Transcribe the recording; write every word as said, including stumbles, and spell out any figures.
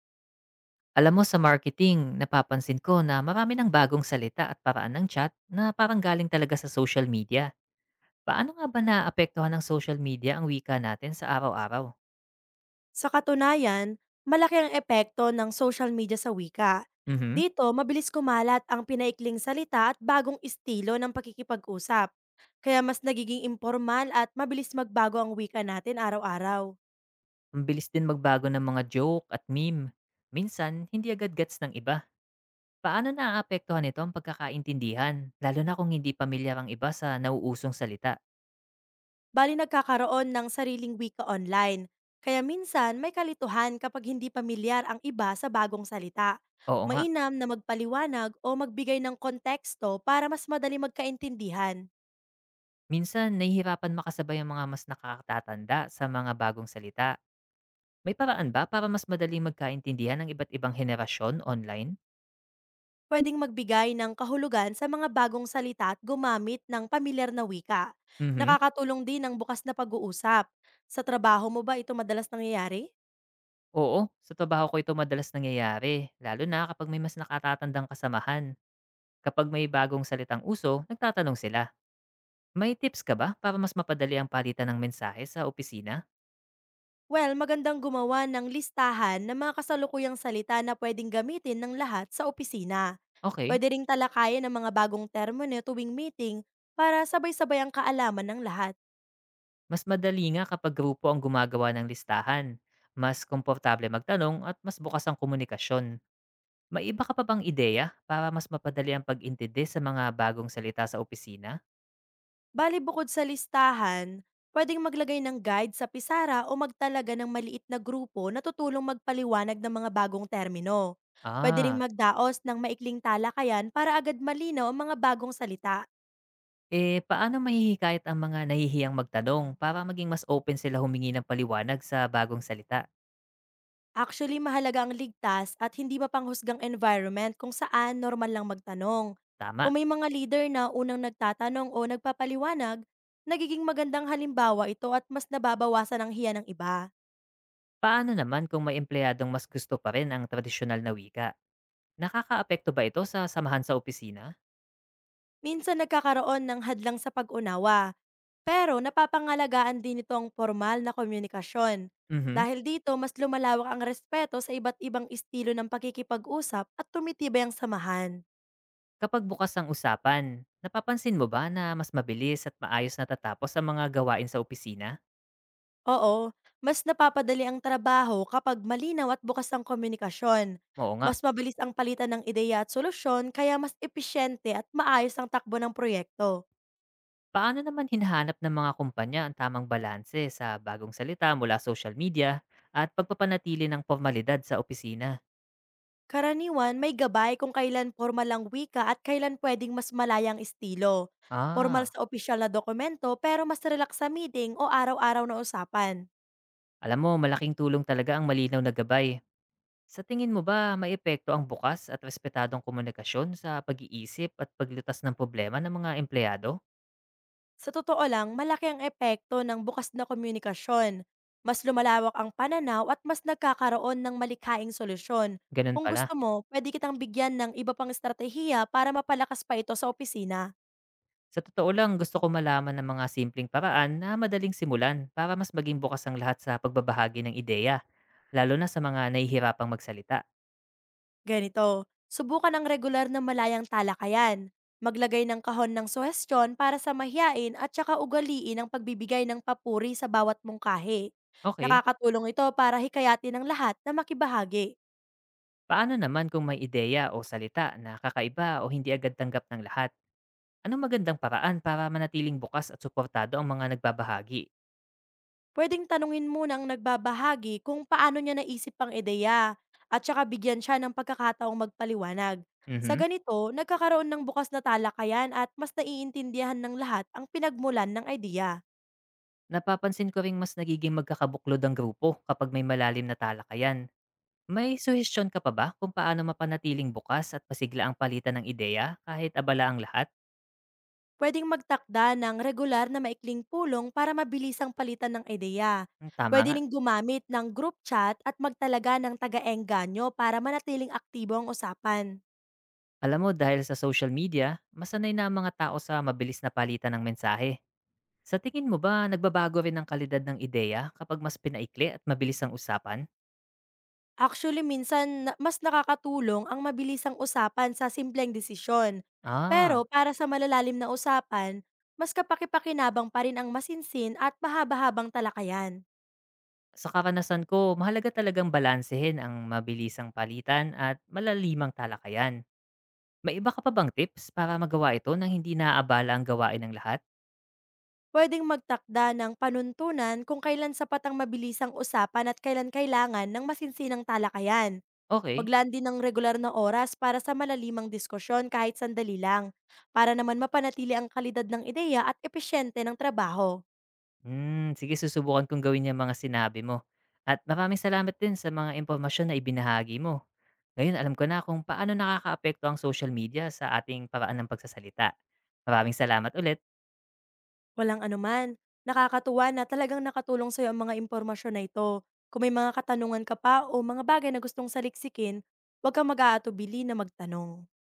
Alam mo sa marketing, napapansin ko na marami ng bagong salita at paraan ng chat na parang galing talaga sa social media. Paano nga ba naapektuhan ng social media ang wika natin sa araw-araw? Sa katunayan, malaki ang epekto ng social media sa wika. Mhm. Dito, mabilis kumalat ang pinaikling salita at bagong estilo ng pakikipag-usap. Kaya mas nagiging informal at mabilis magbago ang wika natin araw-araw. Ang bilis din magbago ng mga joke at meme. Minsan, hindi agad gets ng iba. Paano naapektuhan ito ang pagkakaintindihan, lalo na kung hindi pamilyar ang iba sa nauusong salita? Bali nagkakaroon ng sariling wika online. Kaya minsan may kalituhan kapag hindi pamilyar ang iba sa bagong salita. Oo nga, Mainam na magpaliwanag o magbigay ng konteksto para mas madali magkaintindihan. minsan nahihirapan makasabay ang mga mas nakakatatanda sa mga bagong salita. May paraan ba para mas madaling magkaintindihan ng iba't ibang henerasyon online? Pwedeng magbigay ng kahulugan sa mga bagong salita at gumamit ng pamilyar na wika. Mhm. Nakakatulong din ang bukas na pag-uusap. Sa trabaho mo ba ito madalas nangyayari? Oo, sa trabaho ko ito madalas nangyayari, lalo na kapag may mas nakatatandang kasamahan. Kapag may bagong salitang uso, nagtatanong sila. May tips ka ba para mas mapadali ang palitan ng mensahe sa opisina? Well, magandang gumawa ng listahan ng mga kasalukuyang salita na pwedeng gamitin ng lahat sa opisina. Okay, Pwede ring talakayan ang mga bagong termo na tuwing meeting para sabay-sabay ang kaalaman ng lahat. mas madali nga kapag grupo ang gumagawa ng listahan. Mas komportable magtanong at mas bukas ang komunikasyon. May iba ka pa bang ideya para mas mapadali ang pag-intindi sa mga bagong salita sa opisina? Bali bukod sa listahan, pwedeng maglagay ng guide sa pisara o magtalaga ng maliit na grupo na tutulong magpaliwanag ng mga bagong termino. Pwede ring Ah. magdaos ng maikling talakayan para agad malinaw ang mga bagong salita. Eh, paano mahihikayat ang mga nahihiyang magtanong para maging mas open sila humingi ng paliwanag sa bagong salita? Actually, mahalaga ang ligtas at hindi mapanghusgang environment kung saan normal lang magtanong. Tama. Kung may mga leader na unang nagtatanong o nagpapaliwanag, nagiging magandang halimbawa ito at mas nababawasan ang hiya ng iba. Paano naman kung may empleyadong mas gusto pa rin ang tradisyonal na wika? Nakakaapekto ba ito sa samahan sa opisina? Minsan nagkakaroon ng hadlang sa pag-unawa. Pero napapangalagaan din ito ang formal na komunikasyon. Mhm. Dahil dito, mas lumalawak ang respeto sa iba't ibang estilo ng pakikipag-usap at tumitibay ang samahan. Kapag bukas ang usapan, napapansin mo ba na mas mabilis at maayos natatapos ang mga gawain sa opisina? Oo, mas napapadali ang trabaho kapag malinaw at bukas ang komunikasyon. Oo nga. Mas mabilis ang palitan ng ideya at solusyon kaya mas episyente at maayos ang takbo ng proyekto. Paano naman hinahanap ng mga kumpanya ang tamang balanse sa bagong salita mula social media at pagpapanatili ng formalidad sa opisina? Karaniwan may gabay kung kailan formal ang wika at kailan puwedeng mas malayang estilo. Formal Ah. sa opisyal na dokumento pero mas relax sa meeting o araw-araw na usapan. Alam mo, malaking tulong talaga ang malinaw na gabay. Sa tingin mo ba, may epekto ang bukas at respetadong komunikasyon sa pag-iisip at paglutas ng problema ng mga empleyado? Sa totoo lang, malaki ang epekto ng bukas na komunikasyon. Mas lumalawak ang pananaw at mas nagkakaroon ng malikhaing solusyon. Ganun Kung pala. gusto mo, pwede kitang bigyan ng iba pang estratehiya para mapalakas pa ito sa opisina. Sa totoo lang, gusto ko malaman ng mga simpleng paraan na madaling simulan para mas maging bukas ang lahat sa pagbabahagi ng ideya, lalo na sa mga nahihirapang magsalita. Ganito, subukan ang regular na malayang talakayan. Maglagay ng kahon ng suhestyon para sa mahiyain at saka ugaliin ang pagbibigay ng papuri sa bawat mungkahi. Okay, Nakakatulong ito para hikayatin ng lahat na makibahagi. paano naman kung may ideya o salita na kakaiba o hindi agad tanggap ng lahat? Anong magandang paraan para manatiling bukas at suportado ang mga nagbabahagi? Pwedeng tanungin muna ang nagbabahagi kung paano niya naisip ang ideya at saka bigyan siya ng pagkakataong magpaliwanag. Sa Mhm. ganito, nagkakaroon ng bukas na talakayan at mas naiintindihan ng lahat ang pinagmulan ng ideya. Napapansin ko ring mas nagiging magkakabuklod ang grupo kapag may malalim na talakayan. May suhestyon ka pa ba kung paano mapanatiling bukas at pasigla ang palitan ng ideya kahit abala ang lahat? Pwedeng magtakda ng regular na maikling pulong para mabilis ang palitan ng ideya. Hmm, tama Pwede nga. ring gumamit ng group chat at magtalaga ng taga-engganyo para manatiling aktibo ang usapan. Alam mo dahil sa social media, masanay na ang mga tao sa mabilis na palitan ng mensahe. Sa tingin mo ba nagbabago rin ang kalidad ng ideya kapag mas pinaikli at mabilis ang usapan? Actually, minsan na- mas nakakatulong ang mabilisang usapan sa simpleng desisyon. Pero Ah, para sa malalalim na usapan, mas kapakipakinabang pa rin ang masinsin at mahaba-habang talakayan. sa karanasan ko, mahalaga talagang balansehin ang mabilisang palitan at malalimang talakayan. May iba ka pa bang tips para magawa ito nang hindi naaabala ang gawain ng lahat? Pwedeng magtakda ng panuntunan kung kailan sapat ang mabilisang usapan at kailan kailangan ng masinsinang talakayan. Okay. Maglaan din ng regular na oras para sa malalimang diskusyon kahit sandali lang, para naman mapanatili ang kalidad ng ideya at epesyente ng trabaho. Hmm, sige susubukan kong gawin yung mga sinabi mo at maraming salamat din sa mga impormasyon na ibinahagi mo. Ngayon alam ko na kung paano nakakaapekto ang social media sa ating paraan ng pagsasalita. Maraming salamat ulit. Walang anuman, nakakatuwa na talagang nakatulong sa'yo ang mga impormasyon na ito. Kung may mga katanungan ka pa o mga bagay na gustong saliksikin, huwag kang mag-aatubili na magtanong.